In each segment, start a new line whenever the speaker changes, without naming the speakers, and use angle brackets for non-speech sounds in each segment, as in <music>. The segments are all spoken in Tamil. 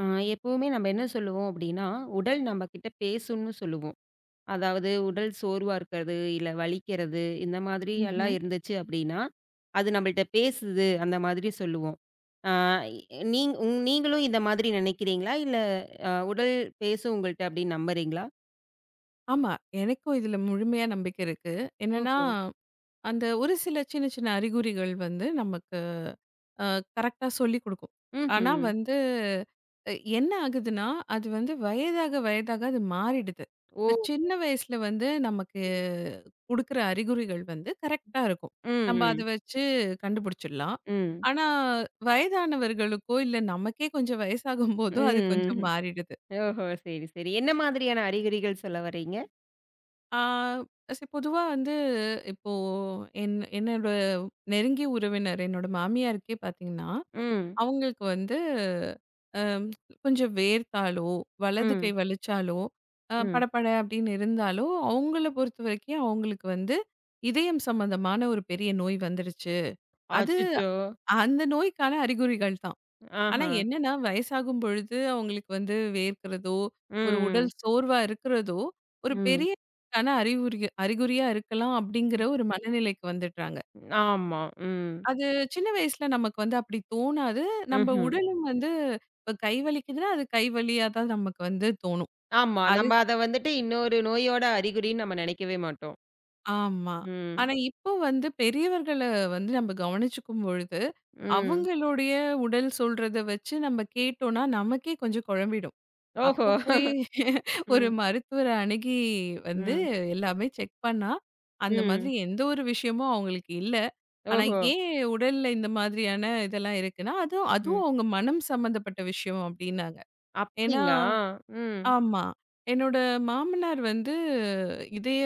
ஆ எப்பவுமே நம்ம என்ன சொல்லுவோம் அப்படின்னா, உடல் நம்மகிட்ட பேசும்னு சொல்லுவோம். அதாவது உடல் சோர்வா இருக்கிறது, இல்ல வலிக்கிறது இந்த மாதிரி எல்லாம்
ம்ஹ்ம்.
இருந்துச்சு அப்படின்னா, அது நம்மள்ட்ட பேசுது அந்த மாதிரி சொல்லுவோம். ஆ நீங் உங் நீங்களும் இந்த மாதிரி நினைக்கிறீங்களா? இல்ல உடல் பேசும் உங்கள்ட்ட அப்படின்னு நம்புறீங்களா?
ஆமா. எனக்கும் இதுல முழுமையா நம்பிக்கை இருக்கு. என்னன்னா,
ஓஹோ!
அந்த ஒரு சில சின்ன சின்ன அறிகுறிகள் வந்து நமக்கு அ கரெக்ட்டா சொல்லிக் குடுக்கும். ஆனா
ம்ஹ்ம்.
வந்து அ என்ன ஆகுதுன்னா, அது வந்து வயதாக வயதாக அது மாறிடுது.
ஓ!
இப்ப சின்ன வயசுல வந்து நமக்கு குடுக்குற அறிகுறிகள் வந்து கரெக்ட்டா இருக்கும்.
ம்,
நம்ம அத
ம்,
வச்சு கண்டுபிடிச்சிடலாம்.
ம்,
ஆனா வயதானவர்களுக்கோ, இல்ல நமக்கே கொஞ்சம் வயசாகும்போதோ அது
ம்,
கொஞ்சம்
ம்.
மாறிடுது.
ஓஹோ! சரி, சரி. என்ன மாதிரியான அறிகுறிகள் சொல்ல வர்றீங்க?
ஆ, சரி பொதுவா வந்து இப்போ என்னோட நெருங்கிய உறவினர், என்னோட மாமியாருக்கே பார்த்தீங்கன்னா,
ம்,
அவங்களுக்கு வந்து அம் கொஞ்சம் வேர்த்தாலோ, வலது கை
ம்,
வலிச்சாலோ,
ம்.
படபட அப்படின்னு இருந்தாலோ, அவங்கள பொறுத்தவரைக்கும் அவங்களுக்கு வந்து இதயம் சம்பந்தமான ஒரு பெரிய நோய் வந்துருச்சு. அது
அச்சச்சோ!
அந்த நோய்க்கான அறிகுறிகள் தான். ஆனா
ஆஹா!
என்னன்னா, வயசாகும் பொழுது அவங்களுக்கு வந்து வேர்க்கிறதோ, ஒரு உடல்
ம்,
சோர்வா இருக்கிறதோ, ஒரு
ம்.
பெரிய ஆன அறிகுறி அறிகுறியா இருக்கலாம் அப்படிங்கிற ஒரு மனநிலைக்கு வந்துடுறாங்க.
ஆமா. ம்.
அது சின்ன வயசுல நமக்கு வந்து அப்படி தோணாது. நம்ம
ம்ஹ்ம்.
உடலும் வந்து இப்ப கை வலிக்குதுன்னா, அது கை வலியா தான் நமக்கு வந்து தோணும்.
ஆமா.
அது
நம்ம அத வந்துட்டு இன்னொரு நோயோட அறிகுறின்னு நம்ம நினைக்கவே மாட்டோம்.
ஆமா.
ம்.
ஆனா இப்போ வந்து பெரியவர்கள வந்து நம்ம கவனிச்சுக்கும் பொழுது,
ம்.
அவங்களுடைய உடல் சொல்றத வச்சு நம்ம கேட்டோம்னா, நமக்கே கொஞ்சம் குழம்பிடும். அப்போ
ஓஹோ!
போய் ஒரு
ம்.
மருத்துவர அணுகி வந்து
ம்.
எல்லாமே செக் பண்ணா, அந்த மாதிரி
ம்.
எந்த ஒரு விஷயமும் அவங்களுக்கு இல்ல. ஆனா
ஓஹோ!
ஏன் உடல்ல இந்த மாதிரியான இதெல்லாம் இருக்குன்னா, அதுவும்
ம்.
அதுவும் அவங்க மனம் சம்மந்தப்பட்ட விஷயம் அப்டின்னாங்க. ஏன்னா
அப்படிங்களா? ம்.
ஆமா. என்னோட மாமனார் வந்து இதய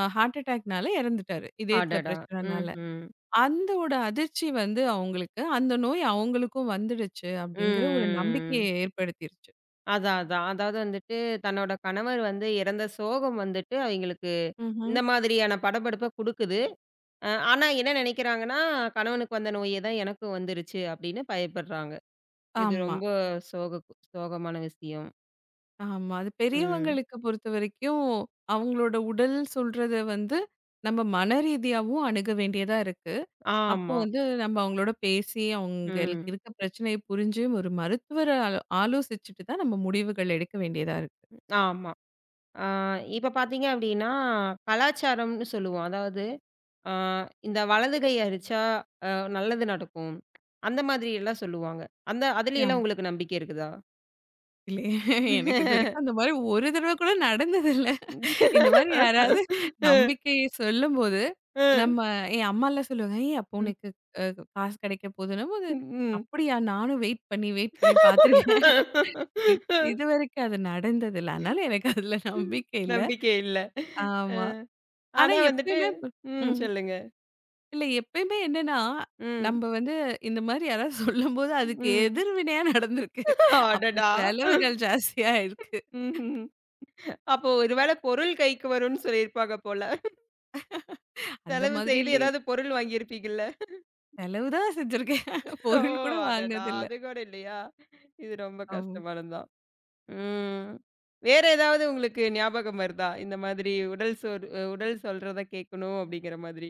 ஹார்ட் அட்டாக்னால இறந்துட்டாரு. இதயத்தில
அடடா!
பிரச்சனனால.
ம்ஹ்ம்.
அந்தோட அதிர்ச்சி வந்து அவங்களுக்கு, அந்த நோய் அவங்களுக்கும் வந்துடுச்சு அப்டிங்கிற ஒரு நம்பிக்கைய
ம். ம்.
ஏற்படுத்திருச்சு.
அதான், அதான். அதாவது வந்துட்டு தன்னோட கணவர் வந்து இறந்த சோகம் வந்துட்டு அவைங்களுக்கு
ம்ஹ்ம்.
இந்த மாதிரியான படபடப்ப குடுக்குது. ஆனா என்ன நினைக்கிறாங்கன்னா, கணவனுக்கு வந்த நோயே தான் எனக்கும் வந்துருச்சு அப்படின்னு பயப்படுறாங்க. இது
ஆமா.
ரொம்ப சோக சோகமான விஷயம்.
ஆமா. அது
ம்.
பெரியவங்களுக்கு பொறுத்தவரைக்கும், அவங்களோட உடல் சொல்றத வந்து, நம்ம மனரீதியாவும் அணுக வேண்டியதா இருக்கு. அப்போ
ஆமா.
வந்து நம்ம அவங்களோட பேசி, அவங்களுக்கு
ம்.
இருக்க பிரச்சனைய புரிஞ்சு, ஒரு மருத்துவர ஆலோசிச்சுட்டு தான் நம்ம முடிவுகள் எடுக்க வேண்டியதா இருக்கு.
ஆமா. ஆ இப்ப பார்த்தீங்க அப்டின்னா, கலாச்சாரம்னு சொல்லுவோம். அதாவது ஆ இந்த வலது கை அடிச்சா அ நல்லது நடக்கும். அந்த மாதிரி எல்லாம் சொல்லுவாங்க. அந்த
ஆம்.
அதுலயெல்லாம் உங்களுக்கு நம்பிக்கை இருக்குதா?
இல்ல எனக்கு இதுவரைக்கும் அந்த மாரி ஒரு தடவ கூட நடந்ததில்ல. இந்த மாரி யாராவது நம்பிக்கை சொல்லும்போது,
ம்.
நம்ம என் அம்மாலாம் சொல்லுவாங்க, "ஏய் அப்போ உனக்கு அ காசு கெடைக்க போதுன்னும்போது,
ம்.
அப்படியா நானும் வெயிட் பண்ணி, வெயிட் பண்ணி பாத்துருக்கேன்." இத் இதுவரைக்கும் அது நடந்ததில்ல. அதனால எனக்கு அதுல நம்பிக்கை இல்ல.
நம்பிக்கை இல்ல. அ
ஆமா. ஆனா
ஆனா வந்துட்டு
எப்பயுமே ப
ம்.
ம்.
சொல்லுங்க.
இல்ல எப்பயுமே என்னன்னா,
ம்.
நம்ப வந்து இந்த மாரி யாராவது சொல்லும்போது அதுக்கு
ம்.
எதிர்வினையா நடந்திருக்கு. அப்ப
அடடா!
செலவுகள் ஜாஸ்தியா இருக்கு.
ம்ஹ்ம். அப்போ ஒரு வேள பொருள் கைக்கு வரும்ன்னு சொல்லியிருப்பாங்க போல.
அந்த
செலவு செய்து
மாதிரிலயே
ஏதாவது பொருள் வாங்கியிருப்பீங்கள்ல?
செலவு தான் செஞ்சிருக்கேன்.
ஓ!
பொருள் கூட
அடடா!
வாங்குனதில்ல.
அது கூட இல்லையா? இது ரொம்ப
ஆமா.
கஷ்டமானது தான். ம். வேற ஏதாவது உங்களுக்கு ஞாபகம் வருதா? இந்த மாதிரி உடல் சோர் அ உடல் சொல்றத கேட்கணும் அப்படிங்கிற மாதிரி.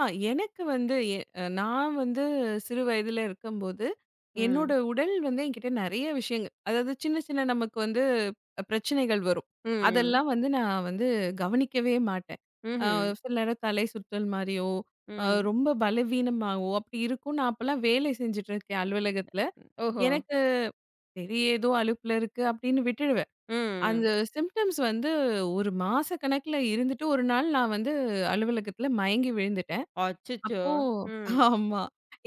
ஆ எனக்கு வந்து எ அ நான் வந்து சிறு வயதில இருக்கும்போது, என்னோட
ம்.
உடல் வந்து என்கிட்ட நெறைய விஷயங்கள் அதாவது சின்ன சின்ன நமக்கு வந்து பிரச்சனைகள் வரும்.
ம்.
அதெல்லாம் வந்து நான் வந்து கவனிக்கவே மாட்டேன். அ
ம்ஹ்ம்.
சில நேரம் தலை சுற்றல் மாரியோ, அ
ம்.
ரொம்ப பலவீனமாவோ அப்படி இருக்கும். நான் அப்பலாம் வேலை செஞ்சுட்டு இருக்கேன் அலுவலகத்தில.
ஓஹோ!
எனக்கு சரி ஏதோ அலுப்புல இருக்கு அப்படின்னு விட்டுடுவேன். அந்த
ம்.
சிம்ப்டம்ஸ் வந்து ஒரு மாச கணக்கில இருந்துட்டு ஒரு நாள் நான் வந்து அலுவலகத்தில மயங்கி விழுந்துட்டேன்.
அச்சச்சோ!
அப்போ
ம்.
ஆமா.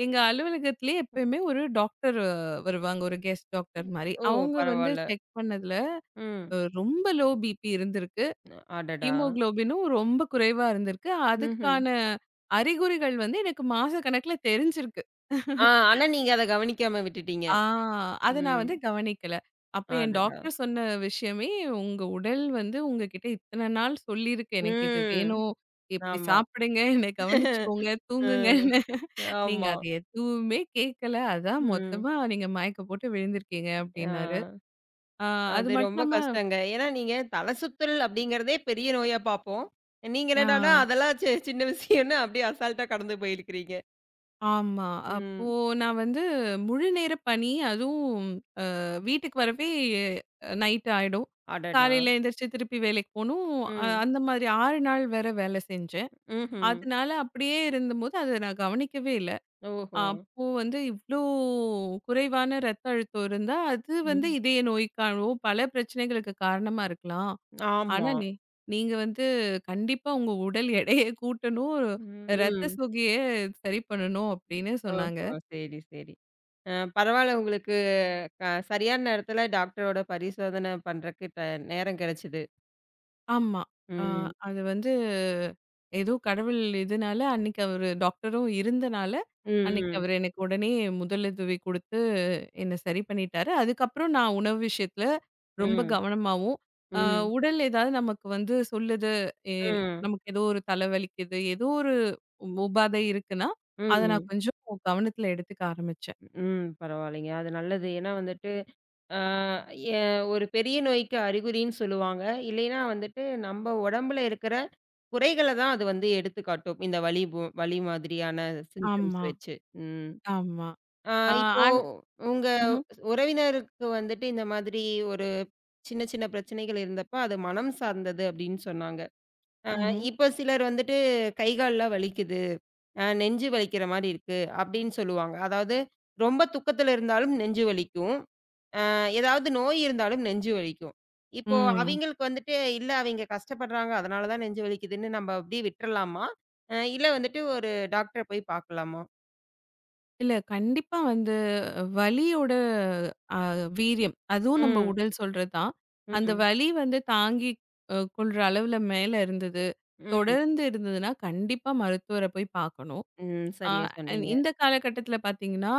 எங்க அலுவலகத்திலேயே எப்பயுமே ஒரு டாக்டர் வருவாங்க. ஒரு கெஸ்ட் டாக்டர் மாரி.
ஓ!
அவங்க வந்து
பரவால்ல.
செக் பண்ணதுல
ம்.
ரொம்ப லோ பிபி இருந்திருக்கு.
அடடா!
ஹீமோகுளோபினும் ரொம்ப குறைவா இருந்திருக்கு.
ம்ஹ்ம்.
அதுக்கான அறிகுறிகள் வந்து எனக்கு மாசக்கணக்குல தெரிஞ்சிருக்கு.
ஆ ஆனா நீங்க அத கவனிக்காம விட்டுட்டீங்க.
ஆ அத நான்
ம்.
வந்து கவனிக்கல. அப்ப என்
அடடா!
டாக்டர் சொன்ன விஷயமே, "உங்க உடல் வந்து உங்ககிட்ட இத்தன நாள் சொல்லியிருக்கு. எனக்கு இது
ம்.
வேணும். இப்டி
ஆமா.
சாப்பிடுங்க, என்ன கவனிச்சுக்கோங்க,
ம்.
தூங்குங்கன்னு." நீங்க
ஆமா.
அது எதுவுமே கேட்கல. அதான்
ம்.
மொத்தமா நீங்க மயக்கம் போட்டு விழுந்திருக்கீங்க
ஆ.
அப்டின்னாரு. ஆ அது
அது
மட்டும்
ரொம்ப
இல்லாம
கஷ்டங்க. ஏன்னா நீங்க தல சுத்தல் அப்படிங்கிறதே பெரிய நோயா பார்ப்போம். நீங்க
ஆ
என்னடான்னா, அதெல்லாம் சின்ன விஷயம்னு அப்படியே அசால்ட்டா கடந்து போயிருக்கிறீங்க.
ஆமா. அப்போ
ம்.
நான் வந்து முழு நேர பணி அதுவும் வீட்டுக்கு வரவே நைட் ஆயிடும்.
அடடா!
காலையில எந்திரிச்சு திருப்பி வேலைக்கு போணும்.
ம்.
அந்த மாதிரி 6 நாள் வேற வேலை செஞ்சேன்.
ம்ஹ்ம்.
அதனால அப்படியே இருந்தபோது அத நான் கவனிக்கவே இல்ல.
ஓஹோ!
அப்போ வந்து இவ்ளோ குறைவான ரத்த அழுத்தம் இருந்தா, அது வந்து
ம்.
இதய நோய்க்காகவும் பல பிரச்சனைகளுக்கு காரணமா இருக்கலாம். ஆனா,
ஆமா.
நீங்க வந்து கண்டிப்பா உங்க உடல் எடைய கூட்டணும். ரத்த
ம்.
சோகைய சரி பண்ணணும் அப்படின்னு சொன்னாங்க.
ஓஹோ! சரி, சரி. அ பரவால்ல உங்களுக்கு க சரியான நேரத்துல டாக்டரோட பரிசோதனை பண்றக்கு ட நேரம் கிடைச்சது.
ஆமா. அ
ம்.
அது வந்து ஏதோ கடவுள் இதுனால அன்னைக்கு அவரு டாக்டரும் இருந்தனால, அன்னைக்கு
ம்,
அவரு எனக்கு உடனே முதலுதவி குடுத்து என்ன சரி பண்ணிட்டாரு. அதுக்கப்புறம் நான் உணவு விஷயத்துல
ம்,
ரொம்ப
ம்,
கவனமாவும், அ
ம்,
உடல் ஏதாவது நமக்கு வந்து சொல்லுது, எ
ம்,
நமக்கு ஏதோ ஒரு தலை வலிக்குது, ஏதோ ஒரு உபாதை இருக்குன்னா, அத நான்
ம்,
கொஞ்சம் கவனத்துல எடுத்துக்க ஆரம்பிச்சேன்.
ம். பரவாயில்லைங்க. அது நல்லது. ஏன்னா வந்துட்டு, ஆ எ ஒரு பெரிய நோய்க்கு அறிகுறின்னு சொல்லுவாங்க. இல்லைன்னா வந்துட்டு நம்ம உடம்புல இருக்கிற குறைகள தான் அது வந்து எடுத்துக்காட்டும். இந்த வலி மாதிரியான சிம்ப்டம்ஸ்
ஆமா,
வச்சு. ம்.
ஆமா.
ஆ
ஆ
இப்போ
ஆனா
உங்க
ம்ஹ்ம்,
உறவினருக்கு வந்துட்டு இந்த மாதிரி ஒரு சின்ன சின்ன பிரச்சனைகள் இருந்தப்ப, அது மனம் சார்ந்தது அப்படின்னு சொன்னாங்க. அ
ம்ஹ்ம்.
இப்ப சிலர் வந்துட்டு கை, கால்லாம் வலிக்குது, நெஞ்சு வலிக்கிற மாரி இருக்கு அப்படின்னு சொல்லுவாங்க. அதாவது ரொம்ப துக்கத்துல இருந்தாலும் நெஞ்சு வலிக்கும். ஏதாவது நோய் இருந்தாலும் நெஞ்சு வலிக்கும். இப்போ ம்.
ம்.
அவிங்களுக்கு வந்துட்டு இல்ல அவிங்க கஷ்டப்படுறாங்க, அதனால தான் நெஞ்சு வலிக்குதுன்னு நம்ம அப்படியே விட்டுறலாமா? இல்ல வந்துட்டு ஒரு டாக்டர போய் பார்க்கலாமா?
இல்ல கண்டிப்பா வந்து வலியோட அ வீரியம். அதுவும் நம்ம
ம்,
உடல் சொல்றது தான். அந்த
ம்,
வலி வந்து தாங்கி கொள்ற அளவுல மேல இருந்தது.
ம்,
தொடர்ந்து இருந்ததுன்னா, கண்டிப்பா மருத்துவர போய் பார்க்கணும்.
ம்.
ஆ
சரியா
அண்ட்
சொன்னீங்க.
இந்த காலகட்டத்தில பார்த்தீங்கன்னா,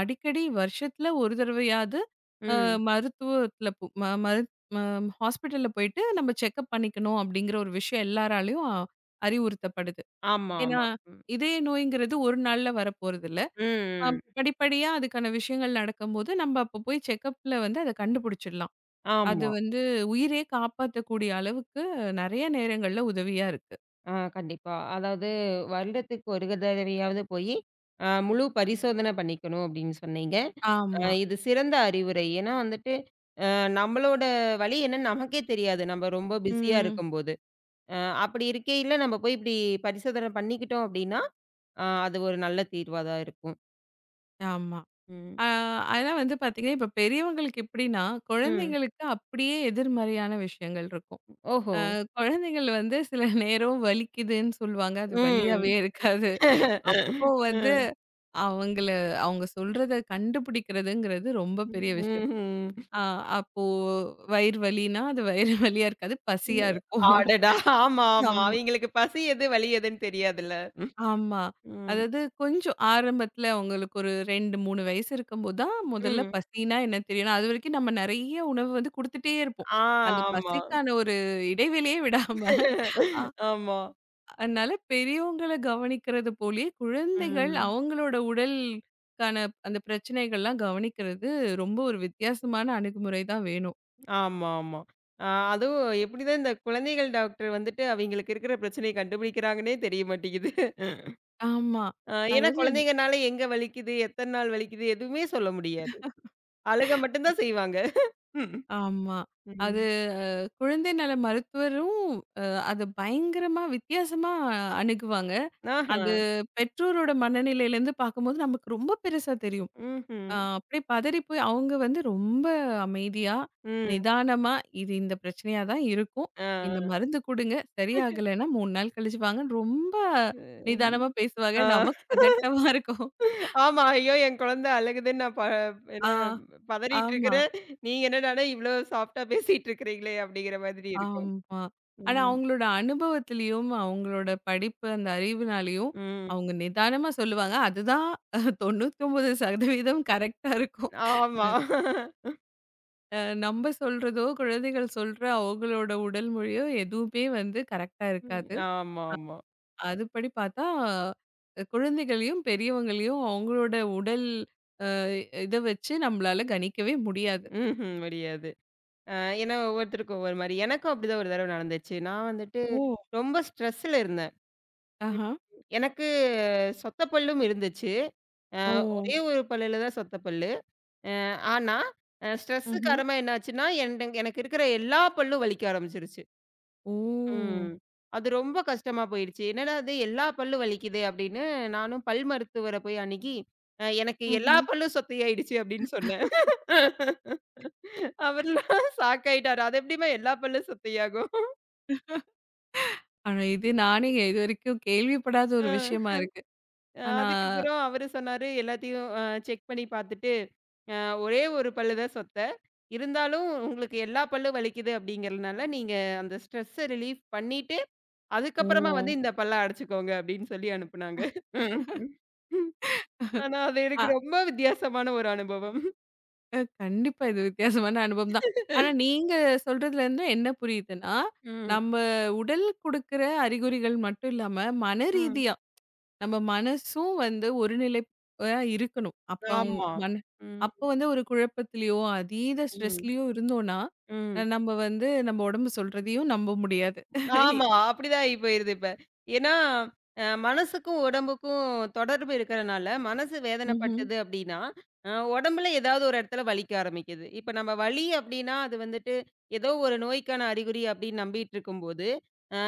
அடிக்கடி வருஷத்துல ஒரு தடவையாவது அ
ம்.
மருத்துவத்தில போ ம மரு ம ஹாஸ்பிட்டல்ல போயிட்டு நம்ம செக்கப் பண்ணிக்கணும் அப்படிங்கிற ஒரு விஷயம் எல்லாராலயும் அறிவுறுத்தப்படுது.
ஆமா,
ஏன்னா,
ஆமா. ம்,
இதய நோய்ங்கிறது ஒரு நாள்ல வரப்போறதில்ல. அ
ம்.
படிப்படியா அதுக்கான விஷயங்கள் நடக்கும்போது, நம்ம அப்போ போய் செக்கப்ல வந்து அத கண்டுபிடிச்சிடலாம். அது
ஆமா.
வந்து உயிரே காப்பாத்தக்கூடிய அளவுக்கு நெறைய நேரங்கள்ல உதவியா இருக்கு.
ஆ கண்டிப்பா. அதாவது வருடத்துக்கு ஒரு தடவையாவது போயி, முழு பரிசோதனை பண்ணிக்கணும் அப்படின்னு சொன்னீங்க.
ஆமா.
இது சிறந்த அறிவுரை. ஏன்னா வந்துட்டு, நம்மளோட வலி என்னன்னு நமக்கே தெரியாது. நம்ம ரொம்ப பிஸியா
ம்.
இருக்கும்போது. அ அப்படி இருக்கையில நம்ம போய் இப்படி பரிசோதனை பண்ணிக்கிட்டோம் அப்படின்னா, அது ஒரு நல்ல தீர்வா தான் இருக்கும்.
ஆமா.
ம்.
ஆ, அதெல்லாம் வந்து பார்த்தீங்கன்னா, இப்ப பெரியவங்களுக்கு எப்படின்னா,
ம்.
குழந்தைங்களுக்கு அப்படியே எதிர்மறையான விஷயங்கள் இருக்கும்.
ஓஹோ!
குழந்தைகள் வந்து சில நேரம் வலிக்குதுன்னு சொல்லுவாங்க. அது வலியாவே
ம்.
இருக்காது. அப்போ வந்து
ம். <laughs>
அவங்கள அவங்க சொல்றத கண்டுபிடிக்கிறதுங்கிறது ரொம்ப பெரிய விஷயம்.
ம்ஹ்ம்.
ஆ அப்போ வயிறு வலின்னா, அது வயிறு வலியா இருக்காது. பசியா இருக்கும்.
அடடா! ஆமா, ஆமா.
ஆமா.
அவங்களுக்கு பசி எது, வலி எதுன்னு தெரியாதுல்ல. ம்.
ஆமா. அதாவது கொஞ்சம் ஆரம்பத்துல அவங்களுக்கு ஒரு 2, 3 வயசு இருக்கும்போது தான் முதல்ல
ம்.
பசின்னா என்ன தெரியும். அதுவரைக்கும் நம்ம நெறைய உணவு வந்து குடுத்துட்டே இருப்போம்.
ஆ
அந்த
ஆமா.
பசிக்கான ஒரு இடைவெளியே விடாம. அ
ஆமா.
அதனால பெரியவங்கள கவனிக்கிறது போலயே குழந்தைகள்
ம்.
அவங்களோட உடலுக்கான அந்த பிரச்சனைகள்லாம் கவனிக்கிறது ரொம்ப ஒரு வித்தியாசமான அணுகுமுறை தான் வேணும்.
ஆமா, ஆமா. அ அதுவும் எப்படிதான் இந்த குழந்தைகள் டாக்டர் வந்துட்டு அவைங்களுக்கு இருக்கிற பிரச்சனைய கண்டுபிடிக்கிறாங்கன்னே தெரிய மாட்டேங்குது.
ஆமா.
ஏன்னா
அதாவது
குழந்தைங்கனால எங்க வலிக்குது, எத்தன நாள் வலிக்குது எதுவுமே சொல்ல முடியாது. அழுக மட்டும் தான் செய்வாங்க. ம்.
ஆமா. அது குழந்தை நல மருத்துவரும் அ அத பயங்கரமா வித்தியாசமா அணுகுவாங்க.
ஆஹா.
அது பெற்றோரோட மனநிலையிலேருந்து பார்க்கும்போது நமக்கு ரொம்ப பெருசா தெரியும்.
ம்ஹ்ம்.
அப்படியே பதறி போய் அவங்க வந்து ரொம்ப அமைதியா,
ம்.
நிதானமா இது இந்த பிரச்சனையா தான் இருக்கும்.
ஆ.
இந்த மருந்து குடுங்க. சரியாகலைன்னா 3 நாள் கழிச்சு வாங்கன்னு ரொம்ப நிதானமா பேசுவாங்க.
ஆ.
நமக்கு பதட்டமா இருக்கும்.
ஆமா. ஐயோ! என் குழந்தை அழுகுதுன்னு நான் ப என்ன
ஆ,
பதறிட்டு
ஆமா,
இருக்கிறேன். நீங்க என்னடான்னா இவ்வளோ சாஃப்ட்டா பேசிட்டு இருக்கிறீங்களே அப்படிங்கிற மாதிரி இருக்கும்.
ஆமா. ஆனா
ம்.
அவங்களோட அனுபவத்திலயும், அவங்களோட படிப்பு அந்த அறிவுனாலயும்
ம்.
அவங்க நிதானமா சொல்லுவாங்க. அதுதான் 99% கரெக்ட்டா இருக்கும்.
ஆமா.
அ நம்ம சொல்றதோ, குழந்தைகள் சொல்ற அவங்களோட உடல் மொழியோ எதுவுமே வந்து கரெக்ட்டா
ம்.
இருக்காது.
ஆமாமா.
அதுபடி பார்த்தா, குழந்தைகளையும், பெரியவங்களையும் அவங்களோட உடல் அ இத வச்சு நம்மளால கணிக்கவே முடியாது.
ம்ஹ்ம். முடியாது. அ ஏன்னா ஒவ்வொருத்தருக்கும் ஒவ்வொரு மாரி. எனக்கும் அப்படிதான் ஒரு தடவ நடந்துச்சு. நான் வந்துட்டு
ஓ!
ரொம்ப ஸ்ட்ரெஸ்ல இருந்தேன்.
ஆஹா.
எனக்கு சொத்த பல்லும் இருந்துச்சு. அ
ஓ!
ஒரே ஒரு பல்லுல தான் சொத்த பல்லு. அ ஆனா, ஸ்ட்ரெஸ்
ம்ஹ்ம்.
காரணமா என்னாச்சுன்னா, எனக்கு இருக்கிற எல்லா பல்லும் வலிக்க ஆரம்பிச்சுருச்சு.
ஓ!
ம். அது ரொம்ப கஷ்டமா போயிடுச்சு. என்னடா இது எல்லா பல்லும் வலிக்குதே! அப்படின்னு நானும் பல் மருத்துவர போய் அணுகி, எனக்கு எல்லா
ம்ஹ்ம்.
பல்லும் சொத்தையாயிடுச்சு அப்படின்னு சொன்னேன். அவர்லாம் ஷாக்காயிட்டாரு. அது எப்படிம்மா எல்லா பல்லும் சொத்தையாகும்?
ஆனா, இது நானே இதுவரைக்கும் கேள்விப்படாத ஒரு
அ
விஷயமா இருக்கு. ஆனா
அதுக்கப்புறம் அவரு சொன்னாரு, எல்லாத்தையும் செக் பண்ணி பார்த்துட்டு, அ ஒரே ஒரு பல்லு தான் சொத்த. இருந்தாலும் உங்களுக்கு எல்லா பல்லும் வலிக்குது அப்படிங்கிறதுனால, நீங்க அந்த ஸ்ட்ரெஸ்ஸ ரிலீஃப் பண்ணிட்டு
ஓ!
அதுக்கப்புறமா வந்து இந்த பல்ல அடைச்சுக்கோங்க அப்படின்னு சொல்லி அனுப்புனாங்க. ம். ஆனா அது
அ
எனக்கு ரொம்ப வித்தியாசமான ஒரு அனுபவம்.
அ கண்டிப்பா. இது வித்தியாசமான அனுபவம் தான். ஆனா நீங்க சொல்றதுலருந்து என்ன புரியுதுன்னா,
ம்,
நம்ம உடல் குடுக்குற அறிகுறிகள் மட்டும் இல்லாம, மன
ம்.
ரீதியா நம்ம மனசும் வந்து ஒருநிலைப்பா இருக்கணும். அப்ப அவங்க
ஆமா.
மன
ம்,
அப்ப வந்து ஒரு குழப்பத்திலயோ, அதீத
ம்,
ஸ்ட்ரெஸ்லயோ இருந்தோம்னா,
ம்.
நம்ம வந்து நம்ம உடம்பு சொல்றதையும் நம்ப முடியாது.
ஆமா. அப்படிதான் ஆகி போயிருது இப்ப. ஏன்னா மனசுக்கும், உடம்புக்கும் தொடர்பு இருக்கிறனால, மனசு
ம்ஹ்ம்.
வேதனைப்பட்டது அப்படின்னா, உடம்புல ஏதாவது ஒரு இடத்துல வலிக்க ஆரம்பிக்குது. இப்ப நம்ம வலி அப்படின்னா, அது வந்துட்டு ஏதோ ஒரு நோய்க்கான அறிகுறி அப்படின்னு நம்பிட்டு இருக்கும்போது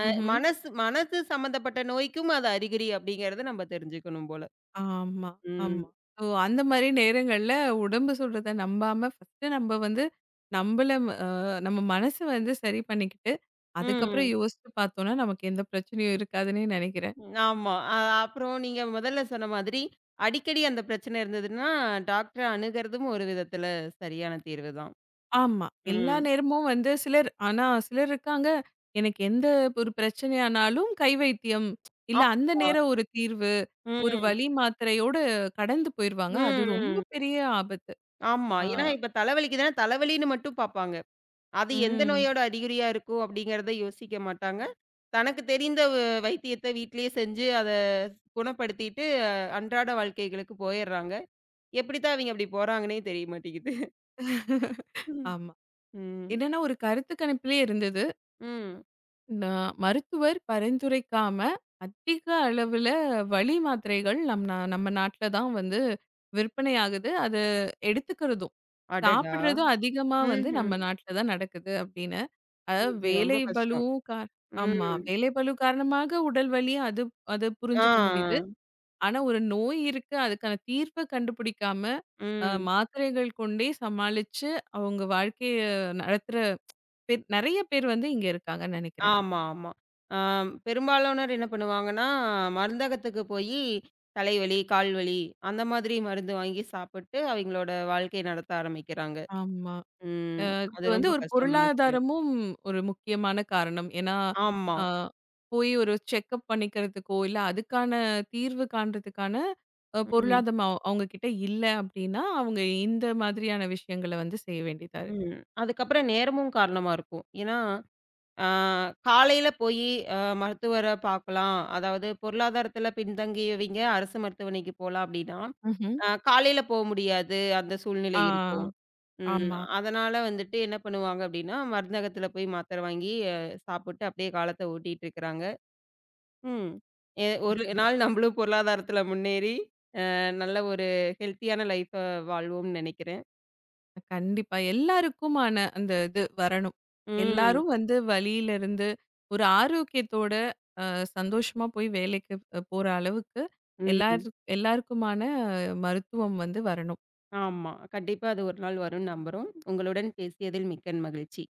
ம்ஹ்ம்.
மனசு மனசு சம்மந்தப்பட்ட நோய்க்கும் அது அறிகுறி அப்படிங்கிறத நம்ம தெரிஞ்சுக்கணும் போல.
ஆமா,
ம்.
ஆமா. ஓ! அந்த மாரி நேரங்கள்ல உடம்பு சொல்றத நம்பாம ஃபர்ஸ்ட்டு நம்ம வந்து நம்பள அ நம்ம மனசு வந்து சரி பண்ணிக்கிட்டு, அதுக்கப்புறம்
ம்.
யோசிச்சு பார்த்தோம்னா, நமக்கு எந்த பிரச்சனையும் இருக்காதுன்னே நெனைக்கிறேன்.
ஆமா. அப்புறம் நீங்க முதல்ல சொன்ன மாதிரி, அடிக்கடி அந்த பிரச்சனை இருந்ததுன்னா, டாக்டர அணுகுறதும் ஒரு விதத்துல சரியான தீர்வு தான்.
ஆமா. எல்லா
ம்.
நேரமும் வந்து சிலர் ஆனா சிலர் இருக்காங்க, எனக்கு எந்த ஒரு பிரச்சனையானாலும் கை வைத்தியம், இல்ல அந்த
ஆமா.
நேரம் ஒரு தீர்வு, ஒரு
ம்.
வலி மாத்திரையோட கடந்து போயிருவாங்க. அது
ம்.
ரொம்ப
ம்.
பெரிய ஆபத்து.
ஆமா.
ஆ,
ஏன்னா இப்ப தலைவலிக்குதுன்னா, தலைவலின்னு மட்டும் பார்ப்பாங்க. அது எந்த
ம்.
நோயோட அறிகுறியா இருக்கும் அப்படிங்கிறத யோசிக்க மாட்டாங்க. தனக்கு தெரிந்த வைத்தியத்த வீட்டிலேயே செஞ்சு, அத குணப்படுத்திட்டு அன்றாட வாழ்க்கைகளுக்கு போயிர்றாங்க. எப்படித்தான் அவிங்க அப்படி போறாங்கன்னே தெரிய மாட்டேங்குது.
<laughs>
ம்.
ஆமா.
ம்.
என்னன்னா ஒரு கருத்து கணிப்பிலே இருந்தது.
ம்.
நான் மருத்துவர் பரிந்துரைக்காம, அதிக அளவுல வலி மாத்திரைகள் நம்ம நாட்ல தான் வந்து விற்பனையாகுது. அது எடுத்துக்கிறதும்,
அடடா!
சாப்பிடுறதும் அதிகமா வந்து
ம்ஹ்ம்.
நம்ம நாட்ல தான் நடக்குது அப்படின்னு. அதாவது
இது ரொம்ப
வேலை பளு
கஷ்டம்.
கார ஆமா.
ம்.
வேலை பளு காரணமாக உடல் வலி அது அது
ஆ, ஆ.
புரிஞ்சுக்க முடியுது. ஆனா ஒரு நோய் இருக்கு, அதுக்கான தீர்வ கண்டுபிடிக்காம,
ம்.
மாத்திரைகள் கொண்டே சமாளிச்சு அவங்க வாழ்க்கைய நடத்துற நெறைய பேர் வந்து இங்க இருக்காங்கன்னு நெனைக்கிறேன்.
ஆமா, ஆமா. ஆ பெரும்பாலானோர் என்ன பண்ணுவாங்கன்னா, மருந்தகத்துக்கு போயி தலைவலி, கால்வலி அந்த மாதிரி மருந்து வாங்கி சாப்பிட்டு அவிங்களோட வாழ்க்கை நடத்த ஆரம்பிக்கிறாங்க.
ஆமா.
ம்.
இது
அது
வந்து
ரொம்ப
ஒரு
கஷ்டமான விஷயம்.
பொருளாதாரமும் ஒரு முக்கியமான காரணம். ஏன்னா,
ஆமா.
ஆ போய் ஒரு செக்கப் பண்ணிக்கிறதுக்கோ, இல்ல அதுக்கான தீர்வு காண்றதுக்கான
ம்,
பொருளாதாரம் அவங்க கிட்ட இல்ல அப்டின்னா, அவங்க இந்த மாதிரியான விஷயங்கள வந்து செய்ய வேண்டியதா இருக்கு.
ம். அதுக்கப்புறம் நேரமும் காரணமா இருக்கும். ஏன்னா ஆ காலையில போயி மருத்துவர பார்க்கலாம். அதாவது பொருளாதாரத்தில பின்தங்கியவைங்க அரசு மருத்துவமனைக்கு போலாம் அப்படின்னா,
ம்ஹ்ம்.
காலையில போ முடியாது. அந்த
ஆ
சூழ்நிலை இருக்கும். ம்.
ஆமா.
அதனால வந்துட்டு என்ன பண்ணுவாங்க அப்படின்னா, மருந்தகத்தில போய் மாத்திரை வாங்கி சாப்பிட்டு அப்படியே காலத்த ஓட்டிட்டு இருக்கிறாங்க. ம். ஒரு நாள் நம்மளும் பொருளாதாரத்தில முன்னேறி, நல்ல ஒரு ஹெல்த்தியான லைஃப வாழ்வோம்னு நினைக்கிறேன்.
கண்டிப்பா. எல்லாருக்குமான அந்த இது வரணும்.
ம்.
எல்லாரும் வந்து வலியிலிருந்து ஒரு ஆரோக்கியத்தோட அ சந்தோஷமா போய் வேலைக்கு போற அளவுக்கு
ம்.
எல்லார் எல்லாருக்குமான மருத்துவம் வந்து வரணும்.
ஆமா. கண்டிப்பா அது ஒரு நாள் வரும்னு நம்புறோம். உங்களுடன் பேசியதில் மிக்க மகிழ்ச்சி.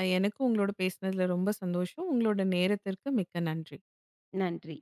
எனக்கும் உங்களோட பேசினதுல ரொம்ப சந்தோஷம். உங்களோட நேரத்திற்கு மிக்க நன்றி.
நன்றி.